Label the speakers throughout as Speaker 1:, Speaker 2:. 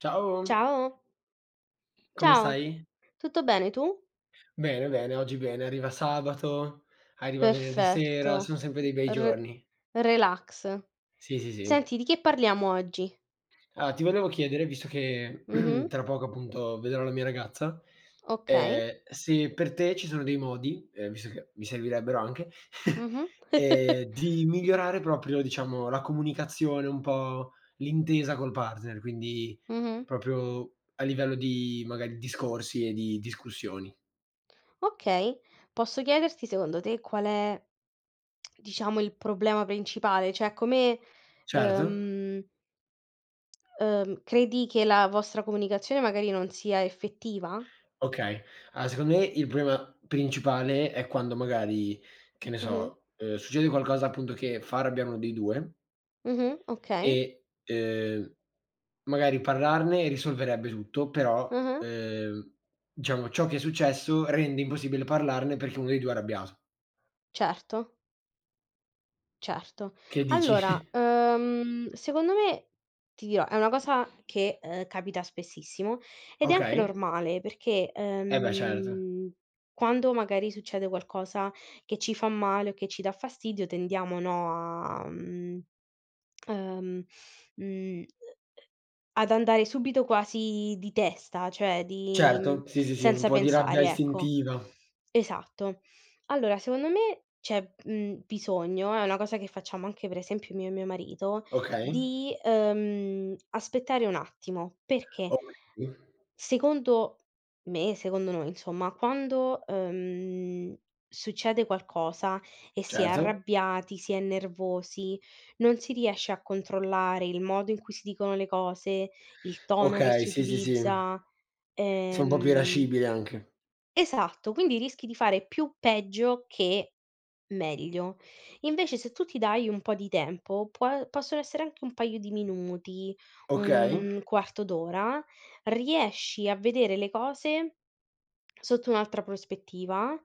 Speaker 1: Ciao,
Speaker 2: Ciao,
Speaker 1: come
Speaker 2: ciao,
Speaker 1: stai?
Speaker 2: tutto bene tu?
Speaker 1: Bene, bene, oggi bene. Arriva sabato, arriva venerdì sera, sono
Speaker 2: Perfetto,
Speaker 1: sempre dei bei
Speaker 2: r
Speaker 1: giorni.
Speaker 2: relax.
Speaker 1: Sì, sì, sì.
Speaker 2: Senti, di che parliamo oggi?
Speaker 1: Ah, ti volevo chiedere, visto che
Speaker 2: Mh-mh,
Speaker 1: tra poco appunto vedrò la mia ragazza,
Speaker 2: okay,
Speaker 1: se per te ci sono dei modi, visto che mi servirebbero anche,
Speaker 2: mh-mh.
Speaker 1: di migliorare proprio diciamo la comunicazione, un po' l'intesa col partner, quindi
Speaker 2: Mh-mh,
Speaker 1: proprio a livello di magari discorsi e di discussioni.
Speaker 2: okay. Posso chiederti secondo te qual è, diciamo, il problema principale? Cioè
Speaker 1: Certo.
Speaker 2: ehm, credi che la vostra comunicazione magari non sia effettiva?
Speaker 1: Okay. Allora secondo me il problema principale è quando magari, che ne
Speaker 2: Mh-mh,
Speaker 1: so, succede qualcosa appunto che fa arrabbiare uno dei 2
Speaker 2: mh-mh, okay,
Speaker 1: e, magari parlarne risolverebbe tutto, però,
Speaker 2: ah-ah,
Speaker 1: diciamo ciò che è successo rende impossibile parlarne perché uno dei 2 è arrabbiato.
Speaker 2: certo. Certo.
Speaker 1: Che dici?
Speaker 2: Allora, secondo me, ti dirò, è una cosa che, capita spessissimo ed è anche
Speaker 1: Okay.
Speaker 2: normale perché,
Speaker 1: Eh beh certo.
Speaker 2: quando magari succede qualcosa che ci fa male o che ci dà fastidio tendiamo, no, a, mhmm, ehm, mhmm ad andare subito quasi di testa, cioè
Speaker 1: Certo, sì, sì, sì, un
Speaker 2: senza
Speaker 1: po' di rabbia
Speaker 2: pensare, ecco.
Speaker 1: istintiva.
Speaker 2: Esatto. Allora secondo me c'è, bisogno, è una cosa che facciamo anche per esempio io e mio marito,
Speaker 1: Okay.
Speaker 2: di, aspettare un attimo, perché?
Speaker 1: Okay,
Speaker 2: Secondo me, secondo noi insomma, quando, succede qualcosa e si è
Speaker 1: certo.
Speaker 2: arrabbiati, si è nervosi, non si riesce a controllare il modo in cui si dicono le cose, il tono che
Speaker 1: Okay,
Speaker 2: si
Speaker 1: sì, sì, sì.
Speaker 2: utilizza,
Speaker 1: Sei un po' più
Speaker 2: ehm
Speaker 1: irascibile anche.
Speaker 2: esatto, quindi rischi di fare più peggio che meglio. Invece se tu ti dai un po' di tempo, può possono essere anche un paio di minuti,
Speaker 1: Okay.
Speaker 2: un quarto d'ora, riesci a vedere le cose sotto un'altra prospettiva.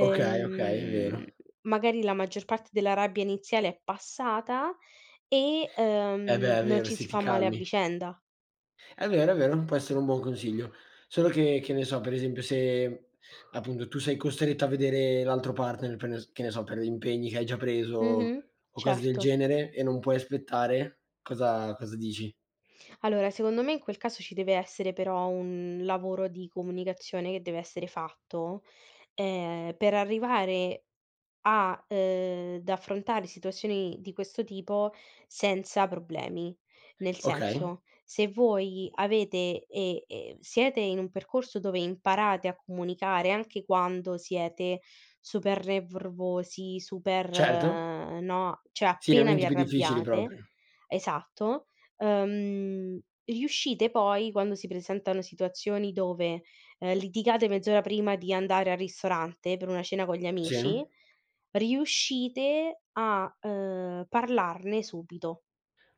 Speaker 1: Okay, okay, è vero.
Speaker 2: Magari la maggior parte della rabbia iniziale è passata e,
Speaker 1: Eh beh, è
Speaker 2: non
Speaker 1: vero,
Speaker 2: ci
Speaker 1: sì,
Speaker 2: si
Speaker 1: ti
Speaker 2: fa male a
Speaker 1: calmi.
Speaker 2: vicenda.
Speaker 1: È vero, può essere un buon consiglio. Solo che ne so, per esempio se, appunto, tu sei costretto a vedere l'altro partner per ne che ne so, per impegni che hai già preso
Speaker 2: Mh-mh,
Speaker 1: o cose del
Speaker 2: certo.
Speaker 1: genere e non puoi aspettare, cosa dici?
Speaker 2: Allora, secondo me in quel caso ci deve essere però un lavoro di comunicazione che deve essere fatto, per arrivare a, d' affrontare situazioni di questo tipo senza problemi. Nel
Speaker 1: Okay,
Speaker 2: senso, se voi avete e siete in un percorso dove imparate a comunicare anche quando siete super nervosi, super
Speaker 1: certo.
Speaker 2: no, cioè
Speaker 1: Sì, nei
Speaker 2: appena vi
Speaker 1: momenti più difficili
Speaker 2: arrabbiate
Speaker 1: proprio.
Speaker 2: esatto, riuscite poi quando si presentano situazioni dove, litigate mezz'ora prima di andare al ristorante per una cena con gli
Speaker 1: Sì,
Speaker 2: amici. Riuscite a, parlarne subito,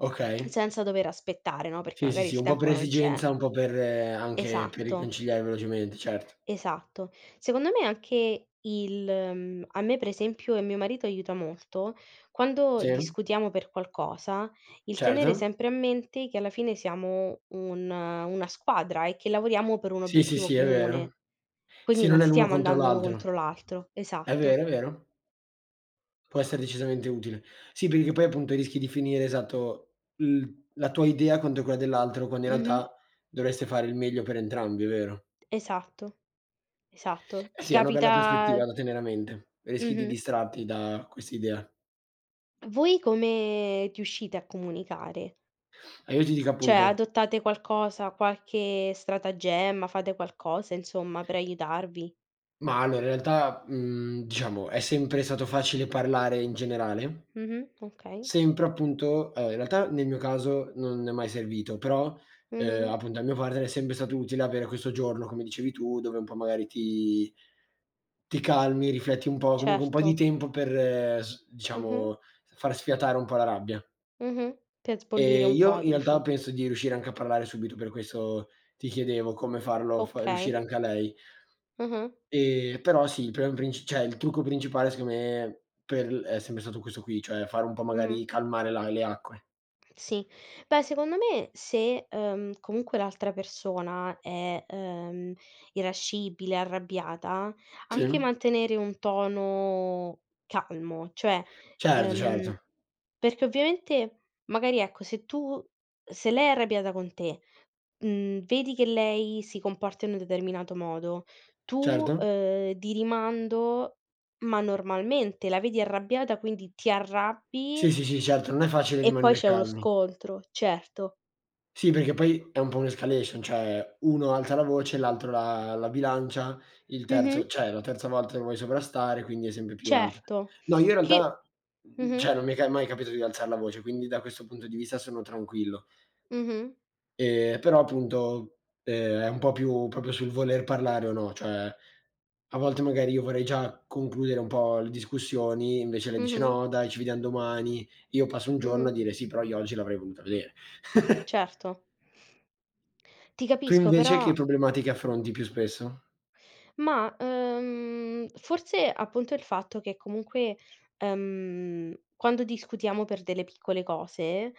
Speaker 1: okay.
Speaker 2: senza dover aspettare, no, perché
Speaker 1: Sì, sì,
Speaker 2: magari
Speaker 1: sì,
Speaker 2: il
Speaker 1: un po' per
Speaker 2: tempo non c'è.
Speaker 1: esigenza, un po' per anche per
Speaker 2: Esatto,
Speaker 1: riconciliare velocemente, certo.
Speaker 2: esatto. Secondo me anche a me per esempio e mio marito aiuta molto, quando
Speaker 1: Sì,
Speaker 2: discutiamo per qualcosa, il tenere
Speaker 1: certo.
Speaker 2: sempre a mente che alla fine siamo un una squadra e che lavoriamo per un
Speaker 1: Sì, sì,
Speaker 2: obiettivo
Speaker 1: sì, è vero.
Speaker 2: comune.
Speaker 1: Sì,
Speaker 2: Quindi non
Speaker 1: non è l'uno
Speaker 2: stiamo
Speaker 1: contro
Speaker 2: andando uno
Speaker 1: l'altro.
Speaker 2: contro l'altro.
Speaker 1: È
Speaker 2: Esatto.
Speaker 1: vero, è vero. Può essere decisamente utile. Sì, perché poi appunto rischi di finire, esatto, il la tua idea contro quella dell'altro, quando in
Speaker 2: Mh-mh.
Speaker 1: realtà dovreste fare il meglio per entrambi, è vero.
Speaker 2: Esatto. Esatto.
Speaker 1: Eh
Speaker 2: Ti
Speaker 1: sì, è una bella
Speaker 2: capita
Speaker 1: prospettiva da tenere a mente. Rischi di
Speaker 2: Mh-mh.
Speaker 1: distrarti da quest'idea.
Speaker 2: Voi come riuscite a comunicare?
Speaker 1: E io ti dico
Speaker 2: Cioè,
Speaker 1: appunto
Speaker 2: adottate qualcosa, qualche stratagemma, fate qualcosa insomma per aiutarvi?
Speaker 1: ma allora in realtà, diciamo, è sempre stato facile parlare in generale.
Speaker 2: Mh-mh, okay.
Speaker 1: Sempre appunto in realtà nel mio caso non è mai servito, però,
Speaker 2: Mh-mh.
Speaker 1: appunto al mio partner è sempre stato utile avere questo giorno, come dicevi tu, dove un po' magari ti calmi, rifletti un po', comunque un po'
Speaker 2: Certo.
Speaker 1: di tempo per s
Speaker 2: Mh-mh,
Speaker 1: diciamo far sfiatare un po' la rabbia.
Speaker 2: mh-mh. Per sbollire
Speaker 1: Ehm,
Speaker 2: un
Speaker 1: io
Speaker 2: po'
Speaker 1: in realtà
Speaker 2: dici.
Speaker 1: penso di riuscire anche a parlare subito, per questo ti chiedevo come farlo fa riuscire
Speaker 2: Okay.
Speaker 1: anche a lei.
Speaker 2: Mh-mh,
Speaker 1: Però sì, il problema princi cioè il trucco principale secondo me per è sempre stato questo qui, cioè fare un po'
Speaker 2: mh-mh.
Speaker 1: magari calmare la le acque.
Speaker 2: Sì. Beh, secondo me se, comunque l'altra persona è, irascibile, arrabbiata, anche
Speaker 1: Sì.
Speaker 2: mantenere un tono calmo, cioè,
Speaker 1: Certo,
Speaker 2: ehm,
Speaker 1: certo,
Speaker 2: perché ovviamente magari ecco, se lei è arrabbiata con te, vedi che lei si comporta in un determinato modo, tu,
Speaker 1: certo.
Speaker 2: di rimando, ma normalmente la vedi arrabbiata, quindi ti arrabbi
Speaker 1: Sì, sì, sì, certo, non è facile
Speaker 2: e poi
Speaker 1: rimanere
Speaker 2: c'è uno
Speaker 1: calmi.
Speaker 2: scontro, certo.
Speaker 1: Sì, perché poi è un po' un'escalation, cioè uno alza la voce, l'altro la bilancia, il
Speaker 2: Mh-mh.
Speaker 1: terzo cioè la terza volta lo vuoi sovrastare, quindi è sempre più alta.
Speaker 2: Certo,
Speaker 1: No, io in
Speaker 2: che
Speaker 1: realtà, cioè
Speaker 2: Mh-mh.
Speaker 1: non mi è ca mai capitato di alzar la voce, quindi da questo punto di vista sono tranquillo.
Speaker 2: Mh-mh.
Speaker 1: Però appunto, è un po' più proprio sul voler parlare o no, cioè a volte magari io vorrei già concludere un po' le discussioni, invece lei dice:
Speaker 2: Mh-mh.
Speaker 1: "No dai, ci vediam domani." Io passo un giorno a
Speaker 2: Mh-mh.
Speaker 1: dire: "Sì, però io oggi l'avrei voluta vedere."
Speaker 2: Certo. Ti
Speaker 1: Tu
Speaker 2: capisco,
Speaker 1: invece che
Speaker 2: però
Speaker 1: problematiche affronti più spesso?
Speaker 2: ma, forse appunto il fatto che comunque, quando discutiamo per delle piccole cose,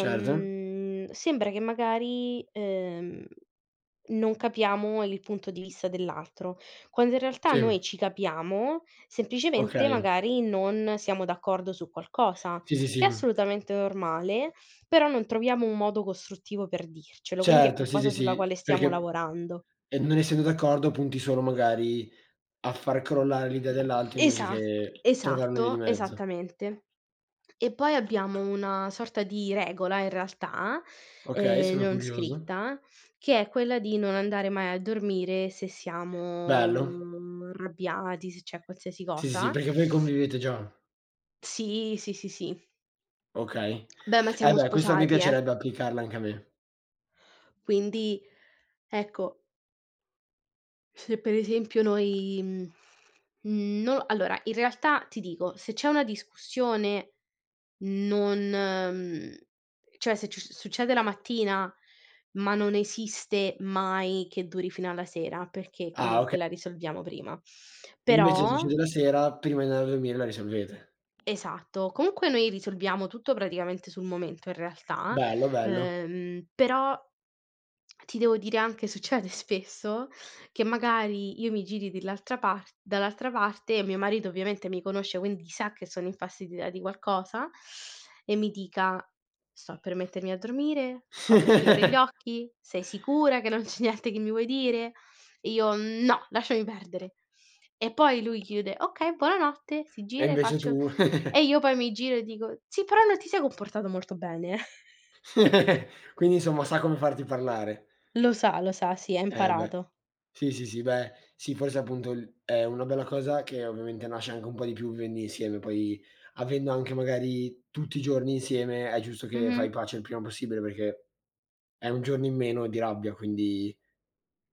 Speaker 1: Certo.
Speaker 2: sembra che magari, non capiamo il punto di vista dell'altro, quando in realtà
Speaker 1: Sì,
Speaker 2: noi ci capiamo, semplicemente
Speaker 1: okay.
Speaker 2: magari non siamo d'accordo su qualcosa,
Speaker 1: Sì, sì,
Speaker 2: che è
Speaker 1: sì.
Speaker 2: assolutamente normale, però non troviamo un modo costruttivo per dircelo, quindi è
Speaker 1: Certo, sì, sì,
Speaker 2: qualcosa sulla
Speaker 1: sì,
Speaker 2: quale stiamo
Speaker 1: perché,
Speaker 2: lavorando.
Speaker 1: non essendo d'accordo punti solo magari a far crollare l'idea dell'altro invece
Speaker 2: Esa
Speaker 1: che trovare una via di
Speaker 2: esatto,
Speaker 1: mezzo.
Speaker 2: esattamente. E poi abbiamo una sorta di regola in realtà,
Speaker 1: Okay, sono
Speaker 2: non
Speaker 1: curioso.
Speaker 2: scritta, che è quella di non andare mai a dormire se siamo,
Speaker 1: Bello.
Speaker 2: arrabbiati, se c'è qualsiasi
Speaker 1: Sì, sì, sì,
Speaker 2: cosa.
Speaker 1: perché voi convivete già?
Speaker 2: Sì, sì, sì, sì.
Speaker 1: Okay.
Speaker 2: Beh, ma
Speaker 1: Eh
Speaker 2: siamo
Speaker 1: beh, questa mi
Speaker 2: sposati,
Speaker 1: piacerebbe applicarla anche a me.
Speaker 2: quindi ecco, se per esempio no, allora in realtà ti dico, se c'è una discussione, Non mhmm, cioè se ci succede la mattina, ma non esiste mai che duri fino alla sera, perché
Speaker 1: Ah, okay.
Speaker 2: comunque la risolviamo prima.
Speaker 1: Invece
Speaker 2: Però
Speaker 1: succede la sera, prima di andare a dormire la risolvete.
Speaker 2: esatto, comunque noi risolviamo tutto praticamente sul momento in realtà,
Speaker 1: Bello, bello.
Speaker 2: però ti devo dire anche succede spesso che magari io mi giri dell'altra par dall'altra parte e mio marito ovviamente mi conosce, quindi sa che sono infastidita di qualcosa e mi dica: "Sto per mettermi a dormire, sto per chiudere gli occhi, sei sicura che non c'è niente che mi vuoi dire?" E io: "No, lasciami perdere." E poi lui chiude: "Okay, buonanotte." Si
Speaker 1: E
Speaker 2: gira
Speaker 1: invece tu
Speaker 2: e io poi mi giro e dico: "Sì, però non ti sei comportato molto bene."
Speaker 1: quindi insomma sa come farti parlare.
Speaker 2: Lo sa, sì, ha
Speaker 1: Eh beh.
Speaker 2: imparato.
Speaker 1: Sì, sì, sì, beh, sì, forse appunto il è una bella cosa che ovviamente nasce anche un po' di più vivendo insieme, poi avendo anche magari tutti i giorni insieme è giusto che fai
Speaker 2: Mh-mh.
Speaker 1: pace il prima possibile perché è un giorno in meno di rabbia, quindi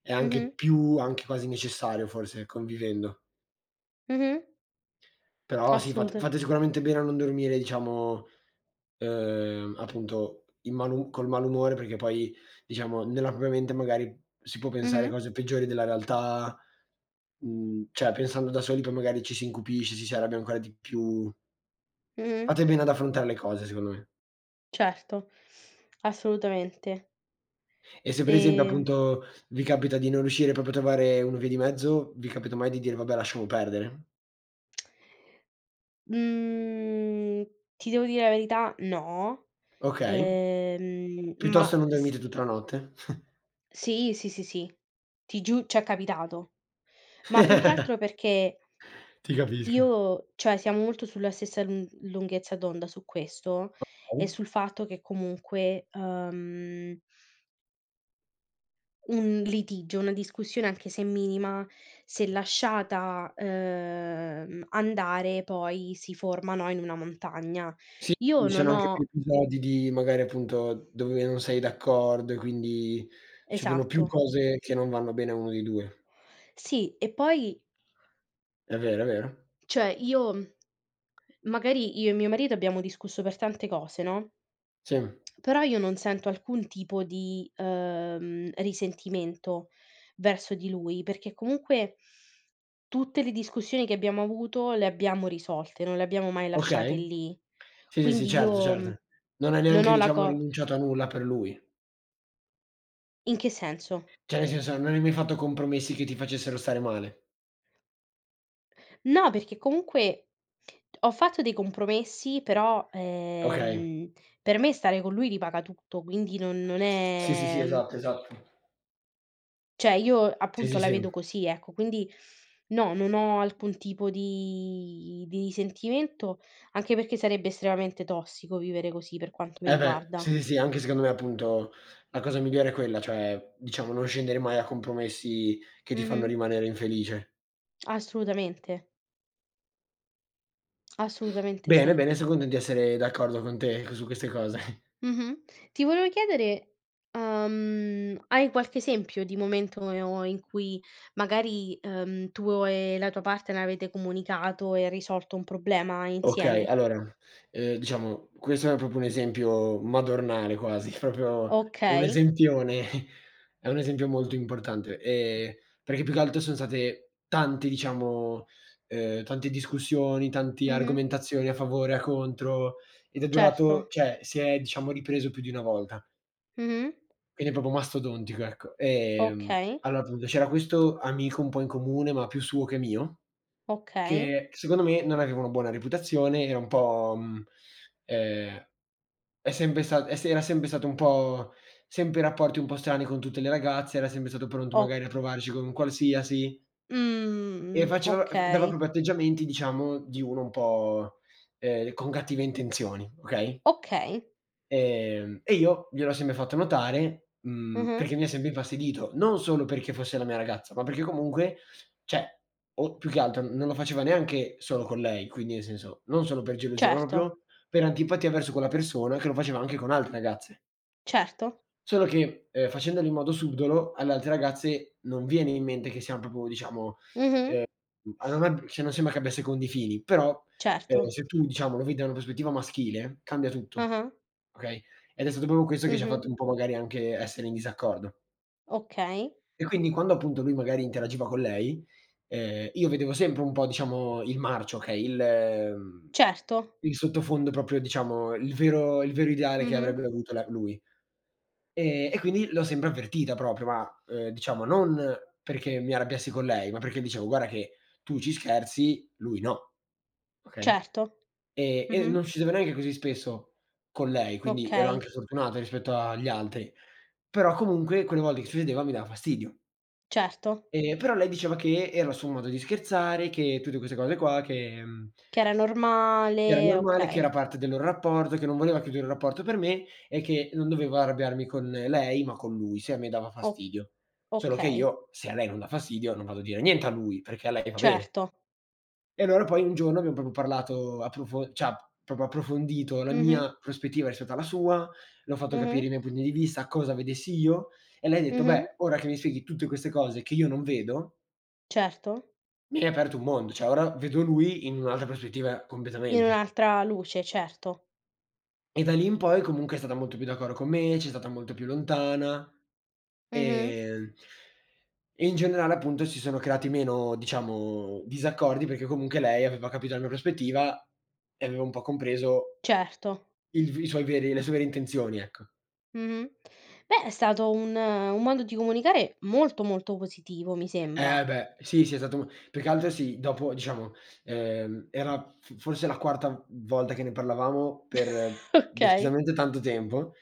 Speaker 1: è anche
Speaker 2: Mh-mh,
Speaker 1: più anche quasi necessario forse convivendo.
Speaker 2: mh-mh,
Speaker 1: Però sì, fate
Speaker 2: assoluta
Speaker 1: fate sicuramente bene a non dormire diciamo, appunto in malu col malumore perché poi diciamo nella propria mente magari si può pensare
Speaker 2: mh-mh,
Speaker 1: cose peggiori della realtà, cioè pensando da soli poi magari ci si incupisce, ci si arrabbia ancora di più.
Speaker 2: mh-mh,
Speaker 1: Fate bene ad affrontare le cose secondo me.
Speaker 2: certo, assolutamente.
Speaker 1: E se per esempio
Speaker 2: Ehm,
Speaker 1: appunto vi capita di non riuscire proprio a trovare una via di mezzo, vi capita mai di dire: "Vabbè lasciamo perdere"?
Speaker 2: mhmm, Ti devo dire la verità, no,
Speaker 1: Okay.
Speaker 2: ma
Speaker 1: Piuttosto non
Speaker 2: s
Speaker 1: dormite tutta la notte?
Speaker 2: sì, sì, sì, sì, ti giu c'è capitato. Ma più che altro perché
Speaker 1: Ti capisco.
Speaker 2: io cioè siamo molto sulla stessa lunghezza d'onda su questo e
Speaker 1: Okay.
Speaker 2: sul fatto che comunque, un litigio, una discussione anche se minima, se lasciata, andare poi si forma, no, in una montagna.
Speaker 1: Sì,
Speaker 2: Io
Speaker 1: ci
Speaker 2: non
Speaker 1: sono anche più
Speaker 2: ho
Speaker 1: episodi di magari appunto dove non sei d'accordo e quindi succedono più
Speaker 2: esatto.
Speaker 1: cose che non vanno bene a uno dei 2.
Speaker 2: Sì, e poi
Speaker 1: È vero, è vero.
Speaker 2: cioè io e mio marito abbiamo discusso per tante cose, no?
Speaker 1: Sì,
Speaker 2: Però io non sento alcun tipo di, risentimento verso di lui, perché comunque tutte le discussioni che abbiamo avuto le abbiamo risolte, non le abbiamo mai lasciate
Speaker 1: okay.
Speaker 2: lì.
Speaker 1: Sì, sì, sì,
Speaker 2: Quindi
Speaker 1: certo,
Speaker 2: io,
Speaker 1: certo. Non hai
Speaker 2: non
Speaker 1: neanche
Speaker 2: ho la
Speaker 1: diciamo
Speaker 2: co
Speaker 1: rinunciato a nulla per lui.
Speaker 2: in che senso?
Speaker 1: Cioè nel senso, non hai mai fatto compromessi che ti facessero stare male.
Speaker 2: No, perché comunque ho fatto dei compromessi, però,
Speaker 1: Okay.
Speaker 2: per me stare con lui ripaga tutto, quindi non
Speaker 1: Sì, sì, sì,
Speaker 2: è
Speaker 1: esatto, esatto.
Speaker 2: cioè io
Speaker 1: Sì,
Speaker 2: appunto
Speaker 1: sì,
Speaker 2: la
Speaker 1: sì.
Speaker 2: vedo così, ecco, quindi no, non ho alcun tipo di risentimento, anche perché sarebbe estremamente tossico vivere così per quanto mi
Speaker 1: Eh beh,
Speaker 2: riguarda.
Speaker 1: sì, sì, sì, anche secondo me appunto la cosa migliore è quella, cioè diciamo non scendere mai a compromessi che ti fanno
Speaker 2: Mh-mh.
Speaker 1: rimanere infelice.
Speaker 2: Assolutamente, assolutamente
Speaker 1: Bene,
Speaker 2: sì.
Speaker 1: bene, son contento di essere d'accordo con te su queste cose.
Speaker 2: Mh-mh. Ti volevo chiedere, hai qualche esempio di momento in cui magari, tu e la tua partner avete comunicato e risolto un problema
Speaker 1: Okay,
Speaker 2: insieme?
Speaker 1: allora, diciamo, questo è proprio un esempio madornale quasi, proprio un
Speaker 2: Okay.
Speaker 1: esempione, è un esempio molto importante, perché più che altro son state tanti diciamo, tante discussioni, tanti
Speaker 2: Mh-mh.
Speaker 1: argomentazioni a favore, a contro, ed è durato
Speaker 2: Certo.
Speaker 1: cioè si è diciamo ripreso più di una volta,
Speaker 2: Mh-mh.
Speaker 1: quindi è proprio mastodontico, ecco.
Speaker 2: Okay,
Speaker 1: Allora appunto c'era questo amico un po' in comune, ma più suo che mio,
Speaker 2: okay.
Speaker 1: che secondo me non aveva una buona reputazione, era un po', ehm, è sempre sta è se era sempre stato un po' sempre rapporti un po' strani con tutte le ragazze, era sempre stato pronto
Speaker 2: Ho
Speaker 1: magari a provarci con un qualsiasi e
Speaker 2: mhmm,
Speaker 1: faceva
Speaker 2: okay,
Speaker 1: dava proprio atteggiamenti, diciamo, di uno un po', con cattive intenzioni, okay?
Speaker 2: okay.
Speaker 1: E io gliel'ho sempre fatto notare,
Speaker 2: Mh-mh.
Speaker 1: perché mi ha sempre infastidito, non solo perché fosse la mia ragazza, ma perché comunque cioè, o più che altro non lo faceva neanche solo con lei, quindi nel senso, non solo per gelosia, ma
Speaker 2: Certo,
Speaker 1: proprio per antipatia verso quella persona che lo faceva anche con altre ragazze.
Speaker 2: certo.
Speaker 1: Solo che, facendolo in modo subdolo alle altre ragazze non viene in mente che siamo proprio diciamo
Speaker 2: Mh-mh.
Speaker 1: A me cioè non sembra che abbia secondi fini, però,
Speaker 2: Certo.
Speaker 1: se tu diciamo lo vedi da una prospettiva maschile, cambia tutto,
Speaker 2: Ah-ah.
Speaker 1: okay, ed è stato proprio questo che ci ha
Speaker 2: Mh-mh.
Speaker 1: fatto un po' magari anche essere in disaccordo.
Speaker 2: Okay.
Speaker 1: E quindi quando appunto lui magari interagiva con lei, io vedevo sempre un po' diciamo il marcio, okay, mhmm,
Speaker 2: Certo.
Speaker 1: il sottofondo proprio diciamo il vero ideale che
Speaker 2: Mh-mh.
Speaker 1: avrebbe avuto la lui. E quindi l'ho sempre avvertita proprio, ma, diciamo non perché mi arrabbiassi con lei, ma perché dicevo: "Guarda che tu ci scherzi, lui no." Okay.
Speaker 2: Certo.
Speaker 1: E
Speaker 2: Mh-mh.
Speaker 1: non ci uscivo neanche così spesso con lei, quindi ero
Speaker 2: Okay,
Speaker 1: anche fortunato rispetto agli altri. Però comunque quelle volte che succedeva mi dava fastidio.
Speaker 2: certo.
Speaker 1: Però lei diceva che era il suo modo di scherzare, che tutte queste cose qua, che
Speaker 2: Che era
Speaker 1: che era
Speaker 2: normale,
Speaker 1: normale, che
Speaker 2: okay.
Speaker 1: era parte del loro rapporto, che non voleva chiudere un rapporto per me e che non dovevo arrabbiarmi con lei, ma con lui, se a me dava
Speaker 2: O
Speaker 1: fastidio. Solo che
Speaker 2: okay,
Speaker 1: io, se a lei non dà fastidio, non vado a dire niente a lui, perché a lei va bene.
Speaker 2: certo.
Speaker 1: E allora poi un giorno abbiamo proprio parlato approfo cioè proprio approfondito la
Speaker 2: Mh-mh.
Speaker 1: mia prospettiva rispetto alla sua, le ho fatto capire
Speaker 2: Mh-mh.
Speaker 1: i miei punti di vista, cosa vedessi io, e lei ha detto:
Speaker 2: Mh-mh.
Speaker 1: "Beh, ora che mi spieghi tutte queste cose che io non vedo,
Speaker 2: Certo.
Speaker 1: mi hai aperto un mondo, cioè ora vedo lui in un'altra prospettiva
Speaker 2: In
Speaker 1: completamente".
Speaker 2: un'altra luce, certo.
Speaker 1: E da lì in poi comunque è stata molto più d'accordo con me, c'è stata molto più lontana,
Speaker 2: Mh-mh.
Speaker 1: ehm, e in generale appunto si sono creati meno, diciamo, disaccordi perché comunque lei aveva capito la mia prospettiva e aveva un po' compreso
Speaker 2: Certo.
Speaker 1: il v i suoi veri le sue vere intenzioni, ecco.
Speaker 2: Mh-mh. Beh, è stato un modo di comunicare molto, molto positivo mi sembra.
Speaker 1: Eh beh, sì, sì, è stato un più che altro sì, dopo diciamo, era f forse la quarta volta che ne parlavamo per
Speaker 2: Okay,
Speaker 1: decisamente tanto tempo.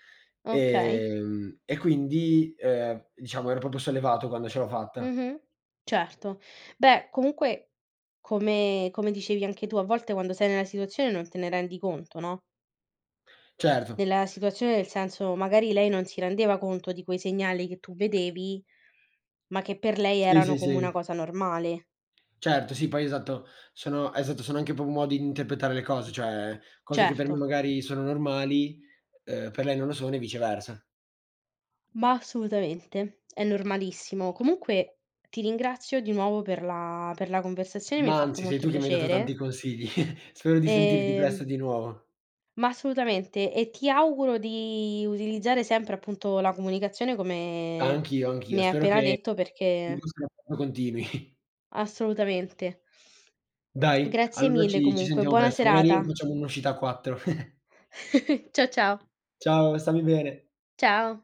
Speaker 2: okay.
Speaker 1: E quindi, diciamo ero proprio sollevato quando ce l'ho fatta.
Speaker 2: Mh-mh. Certo. Beh, comunque come dicevi anche tu, a volte quando sei nella situazione non te ne rendi conto, no,
Speaker 1: Certo,
Speaker 2: nella situazione nel senso, magari lei non si rendeva conto di quei segnali che tu vedevi, ma che per lei
Speaker 1: sì, sì,
Speaker 2: erano come
Speaker 1: sì.
Speaker 2: una cosa normale.
Speaker 1: Certo, sì, poi esatto, sono anche proprio modi di interpretare le cose, cioè cose che per
Speaker 2: Certo.
Speaker 1: me magari sono normali, per lei non lo sono e viceversa.
Speaker 2: Ma assolutamente, è normalissimo. Comunque ti ringrazio di nuovo per la conversazione, mi ha
Speaker 1: Ma
Speaker 2: fatto
Speaker 1: anzi, sei
Speaker 2: molto
Speaker 1: tu che mi hai dato tanti
Speaker 2: piacere.
Speaker 1: consigli. Spero di sentirti presto
Speaker 2: Ehm,
Speaker 1: di nuovo.
Speaker 2: ma assolutamente, e ti auguro di utilizzare sempre appunto la comunicazione come
Speaker 1: Anch'io, anch'io.
Speaker 2: mi hai
Speaker 1: Spero
Speaker 2: appena
Speaker 1: che
Speaker 2: detto
Speaker 1: il
Speaker 2: perché
Speaker 1: nostro rapporto continui.
Speaker 2: assolutamente.
Speaker 1: Dai,
Speaker 2: Grazie
Speaker 1: allora
Speaker 2: mille
Speaker 1: ci
Speaker 2: comunque,
Speaker 1: sentiamo
Speaker 2: buona
Speaker 1: presto, magari
Speaker 2: serata.
Speaker 1: facciamo un'uscita a 4.
Speaker 2: Ciao.
Speaker 1: Ciao, stammi bene.
Speaker 2: Ciao.